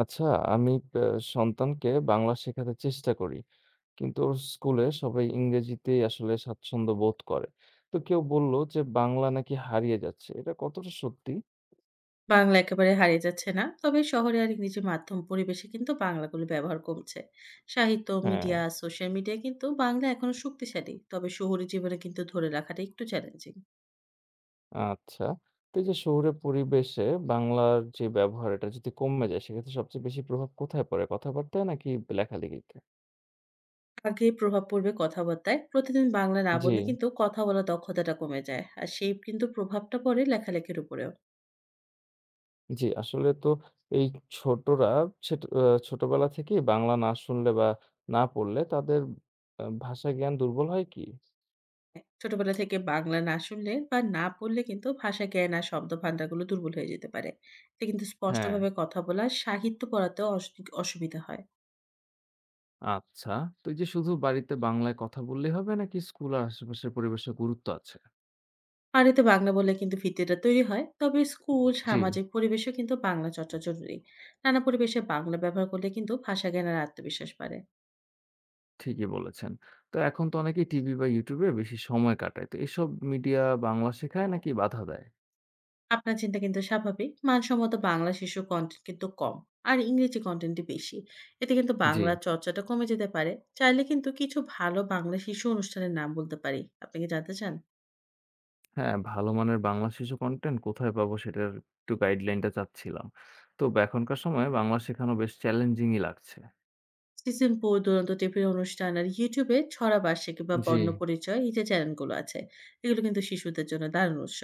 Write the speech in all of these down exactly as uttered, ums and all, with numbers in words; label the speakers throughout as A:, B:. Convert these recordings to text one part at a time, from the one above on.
A: আচ্ছা, আমি ব্যা সন্তানকে বাংলা শেখাতে চেষ্টা করি। কিন্তু ওর স্কুলে সবাই ইংরেজিতেই আসলে স্বাচ্ছন্দ্য বোধ করে। তো কেউ বলল যে বাংলা নাকি হারিয়ে যাচ্ছে। এটা কতটা সত্যি?
B: বাংলা একেবারে হারিয়ে যাচ্ছে না। তবে শহরে আর ইংরেজি মাধ্যম পরিবেশে কিন্তু বাংলাগুলো ব্যবহার কমছে। সাহিত্য,
A: হ্যাঁ,
B: মিডিয়া, সোশ্যাল মিডিয়া কিন্তু বাংলা এখনো শক্তিশালী। তবে শহুরে জীবনে কিন্তু ধরে রাখাটা একটু চ্যালেঞ্জিং।
A: আচ্ছা। তো এই যে শহুরে পরিবেশে বাংলার যে ব্যবহার এটা যদি কমে যায় সেক্ষেত্রে সবচেয়ে বেশি প্রভাব কোথায় পড়ে? কথাবার্তায় নাকি লেখালেখিতে?
B: আগে প্রভাব পড়বে কথাবার্তায়। প্রতিদিন বাংলা না
A: জি,
B: বললে কিন্তু কথা বলার দক্ষতাটা কমে যায়। আর সেই কিন্তু প্রভাবটা পড়ে লেখালেখির উপরেও।
A: জি। আসলে তো এই ছোটরা ছেট আ ছোটবেলা থেকেই বাংলা না শুনলে বা না পড়লে তাদের আ ভাষা জ্ঞান দুর্বল হয় কি?
B: ছোটবেলা থেকে বাংলা না শুনলে বা না পড়লে কিন্তু ভাষা জ্ঞান আর শব্দ ভান্ডারগুলো দুর্বল হয়ে যেতে পারে। এতে কিন্তু
A: হ্যাঁ,
B: স্পষ্টভাবে কথা বলা, সাহিত্য পড়াতেও অস অসুবিধা হয়।
A: আচ্ছা। তো এই যে শুধু বাড়িতে বাংলায় কথা বললেই হবে নাকি স্কুল আর আশেপাশের পরিবেশের গুরুত্ব আছে?
B: বাড়িতে বাংলা বললে কিন্তু ভিত্তিটা তৈরি হয়, তবে স্কুল
A: জি।
B: সামাজিক পরিবেশেও কিন্তু বাংলা চর্চা জরুরি। নানা পরিবেশে বাংলা ব্যবহার করলে কিন্তু ভাষা জ্ঞানের আত্মবিশ্বাস বাড়ে।
A: ঠিকই বলেছেন। তো এখন তো অনেকেই টিভি বা ইউটিউব এ বেশি সময় কাটায়। তো এসব মিডিয়া বাংলা শেখায় নাকি বাধা দেয়?
B: আপনার চিন্তা কিন্তু স্বাভাবিক। মানসম্মত বাংলা শিশু কন্টেন্ট কিন্তু কম, আর ইংরেজি কন্টেন্টই বেশি। এতে কিন্তু
A: জি।
B: বাংলা চর্চাটা কমে যেতে পারে। চাইলে কিন্তু কিছু ভালো বাংলা শিশু অনুষ্ঠানের নাম বলতে পারি, আপনি কি জানতে চান?
A: হ্যাঁ, ভালো মানের বাংলা শিশু কনটেন্ট কোথায় পাবো সেটার একটু গাইডলাইনটা চাচ্ছিলাম। তো এখনকার সময়ে বাংলা শেখানো বেশ চ্যালেঞ্জিংই লাগছে।
B: সিজনপুর, দুরন্ত টিভির অনুষ্ঠান আর ইউটিউবে ছড়া বার্ষিকী বা
A: জি।
B: বর্ণপরিচয়, এই যে চ্যানেলগুলো আছে, এগুলো কিন্তু শিশুদের জন্য দারুণ উৎস।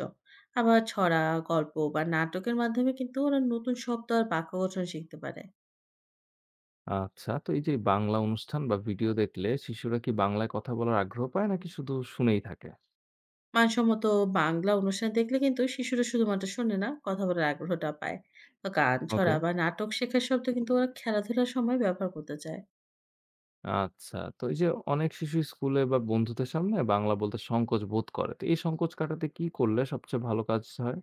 B: আবার ছড়া, গল্প বা নাটকের মাধ্যমে কিন্তু ওরা নতুন শব্দ আর বাক্য গঠন শিখতে পারে।
A: আচ্ছা, তো এই যে বাংলা অনুষ্ঠান বা ভিডিও দেখলে শিশুরা কি বাংলায় কথা বলার আগ্রহ পায় নাকি শুধু শুনেই থাকে?
B: মানসম্মত বাংলা অনুষ্ঠান দেখলে কিন্তু শিশুরা শুধুমাত্র শোনে না, কথা বলার আগ্রহটা পায়। তো গান,
A: ওকে।
B: ছড়া বা নাটক শেখার শব্দ কিন্তু ওরা খেলাধুলার সময় ব্যবহার করতে চায়।
A: আচ্ছা। তো এই যে অনেক শিশুই স্কুলে বা বন্ধুদের সামনে বাংলা বলতে সংকোচ বোধ করে। তো এই সংকোচ কাটাতে কি করলে সবচেয়ে ভালো কাজ হয়?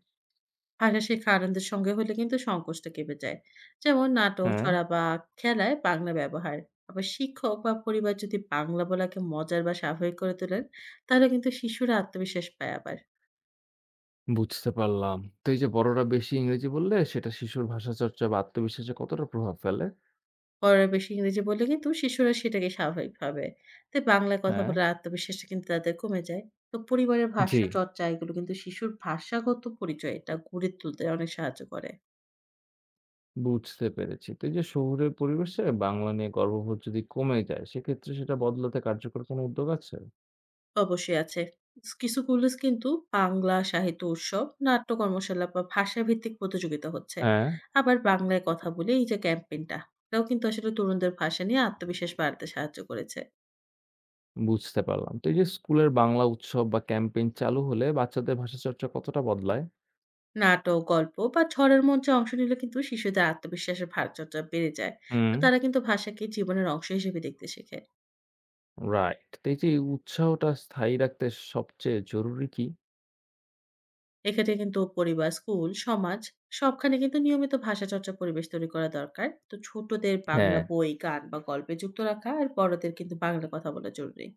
B: হাসা, শেখা আনন্দের সঙ্গে হলে কিন্তু সংকোচটা কেঁপে যায়। যেমন নাটক,
A: হ্যাঁ,
B: ছড়া বা খেলায় বাংলা ব্যবহার। আবার শিক্ষক বা পরিবার যদি বাংলা বলাকে মজার বা স্বাভাবিক করে তোলেন, তাহলে কিন্তু শিশুরা আত্মবিশ্বাস পায় আবার।
A: বুঝতে পারলাম। তো এই যে বড়রা বেশি ইংরেজি বললে সেটা শিশুর ভাষাচর্চা বা আত্মবিশ্বাসে কতটা প্রভাব ফেলে?
B: বড়রা বেশি ইংরেজি বললে কিন্তু শিশুরা সেটাকে স্বাভাবিক ভাবে। তাই বাংলায় কথা
A: হ্যাঁ,
B: বলার আত্মবিশ্বাসটা কিন্তু তাদের কমে যায়। তো পরিবারের
A: জি,
B: ভাষা চর্চা, এগুলো কিন্তু শিশুর ভাষাগত পরিচয় এটা গড়ে তুলতে অনেক সাহায্য করে।
A: বুঝতে পেরেছি। তো এই যে শহুরে পরিবেশে বাংলা নিয়ে গর্ববোধ যদি কমে যায়, সেক্ষেত্রে সেটা বদলাতে কার্যকর কোনো উদ্যোগ আছে?
B: অবশ্যই আছে। স কিছু কলেজ কিন্তু বাংলা সাহিত্য উৎসব, নাট্য কর্মশালা বা ভাষাভিত্তিক প্রতিযোগিতা হচ্ছে।
A: হ্যাঁ,
B: আবার বাংলায় কথা বলি, এই যে ক্যাম্পেইনটা, এটাও কিন্তু আসলে তরুণদের ভাষা নিয়ে আত্মবিশ্বাস বাড়াতে সাহায্য করেছে।
A: বুঝতে পারলাম। তো এই যে স্কুলের বাংলা উৎসব বা ক্যাম্পেইন চালু হলে বাচ্চাদের ভাষাচর্চা কতটা বদলায়?
B: নাটক, গল্প বা ছড়ার মঞ্চে অংশ নিলে কিন্তু শিশুদের আত্মবিশ্বাসের ভারচর্চা বেড়ে যায়।
A: হুম।
B: তো তারা কিন্তু ভাষাকে জীবনের অংশ হিসেবে দেখতে শেখে।
A: রাইট। তো এই যে উৎসাহটা স্থায়ী রাখতে সবচেয়ে জরুরি কি?
B: এক্ষেত্রে কিন্তু পরিবার, স্কুল, সমাজ, সবখানে কিন্তু নিয়মিত ভাষা চর্চা পরিবেশ তৈরি করা দরকার। তো ছোটদের
A: হ্যাঁ।
B: বাংলা বই, গান বা গল্পে যুক্ত রাখা আর বড়দের কিন্তু বাংলা কথা বলা জরুরি।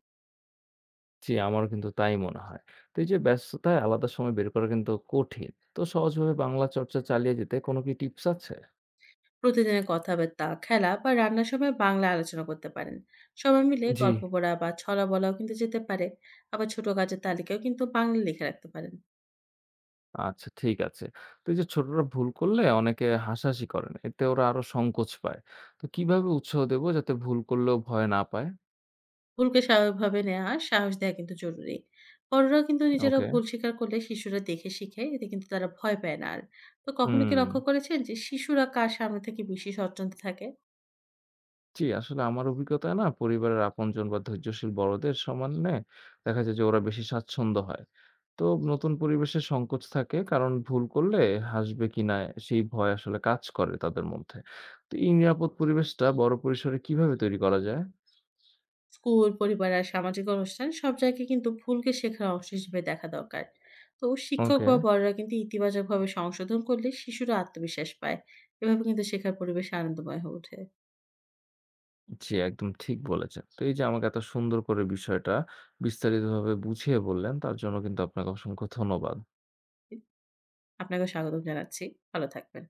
A: জি, আমারও কিন্তু তাই মনে হয়। তো এই যে ব্যস্ততায় আলাদা সময় বের করা কিন্তু কঠিন। তো সহজভাবে বাংলা চর্চা চালিয়ে যেতে কোনো কি টিপস আছে?
B: প্রতিদিনের কথাবার্তা, খেলা বা রান্নার সময় বাংলা আলোচনা করতে পারেন। সবাই মিলে
A: জি।
B: গল্প পড়া বা ছড়া বলাও কিন্তু যেতে পারে। আবার ছোট কাজের তালিকাও কিন্তু বাংলা লিখে রাখতে পারেন।
A: আচ্ছা ঠিক আছে। তো এই যে ছোটরা ভুল করলে অনেকে হাসাহাসি করেন। এতে ওরা আরো সংকোচ পায়। তো কিভাবে উৎসাহ দেবো যাতে ভুল করলেও ভয় না পায়?
B: ভুলকে স্বাভাবিকভাবে নেওয়া আর সাহস দেওয়া কিন্তু জরুরি। বড়রা কিন্তু নিজেরা
A: ওকে।
B: ভুল স্বীকার করলে শিশুরা দেখে শিখে, এতে কিন্তু তারা ভয় পায় না আর। তো কখনো কি
A: হুম।
B: লক্ষ্য করেছেন যে শিশুরা কার সামনে থেকে বেশি স্বচ্ছন্দ থাকে?
A: জি, আসলে আমার অভিজ্ঞতায় না পরিবারের আপনজন বা ধৈর্যশীল বড়দের সম্মানে দেখা যায় যে ওরা বেশি স্বাচ্ছন্দ্য হয়। তো নতুন পরিবেশে সংকোচ থাকে কারণ ভুল করলে হাসবে কিনা সেই ভয় আসলে কাজ করে তাদের মধ্যে। তো এই নিরাপদ পরিবেশটা বড় পরিসরে কিভাবে তৈরি করা যায়?
B: স্কুল, পরিবার আর সামাজিক অনুষ্ঠান, সব জায়গায় কিন্তু ভুলকে শেখার অংশ হিসেবে দেখা দরকার। তো শিক্ষক
A: ওকে,
B: বা বড়রা কিন্তু ইতিবাচকভাবে সংশোধন করলে শিশুরা আত্মবিশ্বাস পায়। এভাবে কিন্তু শেখার পরিবেশ আনন্দময় হয়ে ওঠে।
A: জি একদম ঠিক বলেছেন। তো এই যে আমাকে এত সুন্দর করে বিষয়টা বিস্তারিতভাবে বুঝিয়ে বললেন তার জন্য কিন্তু আপনাকে অসংখ্য ধন্যবাদ।
B: আপনাকে স্বাগত জানাচ্ছি। ভালো থাকবেন।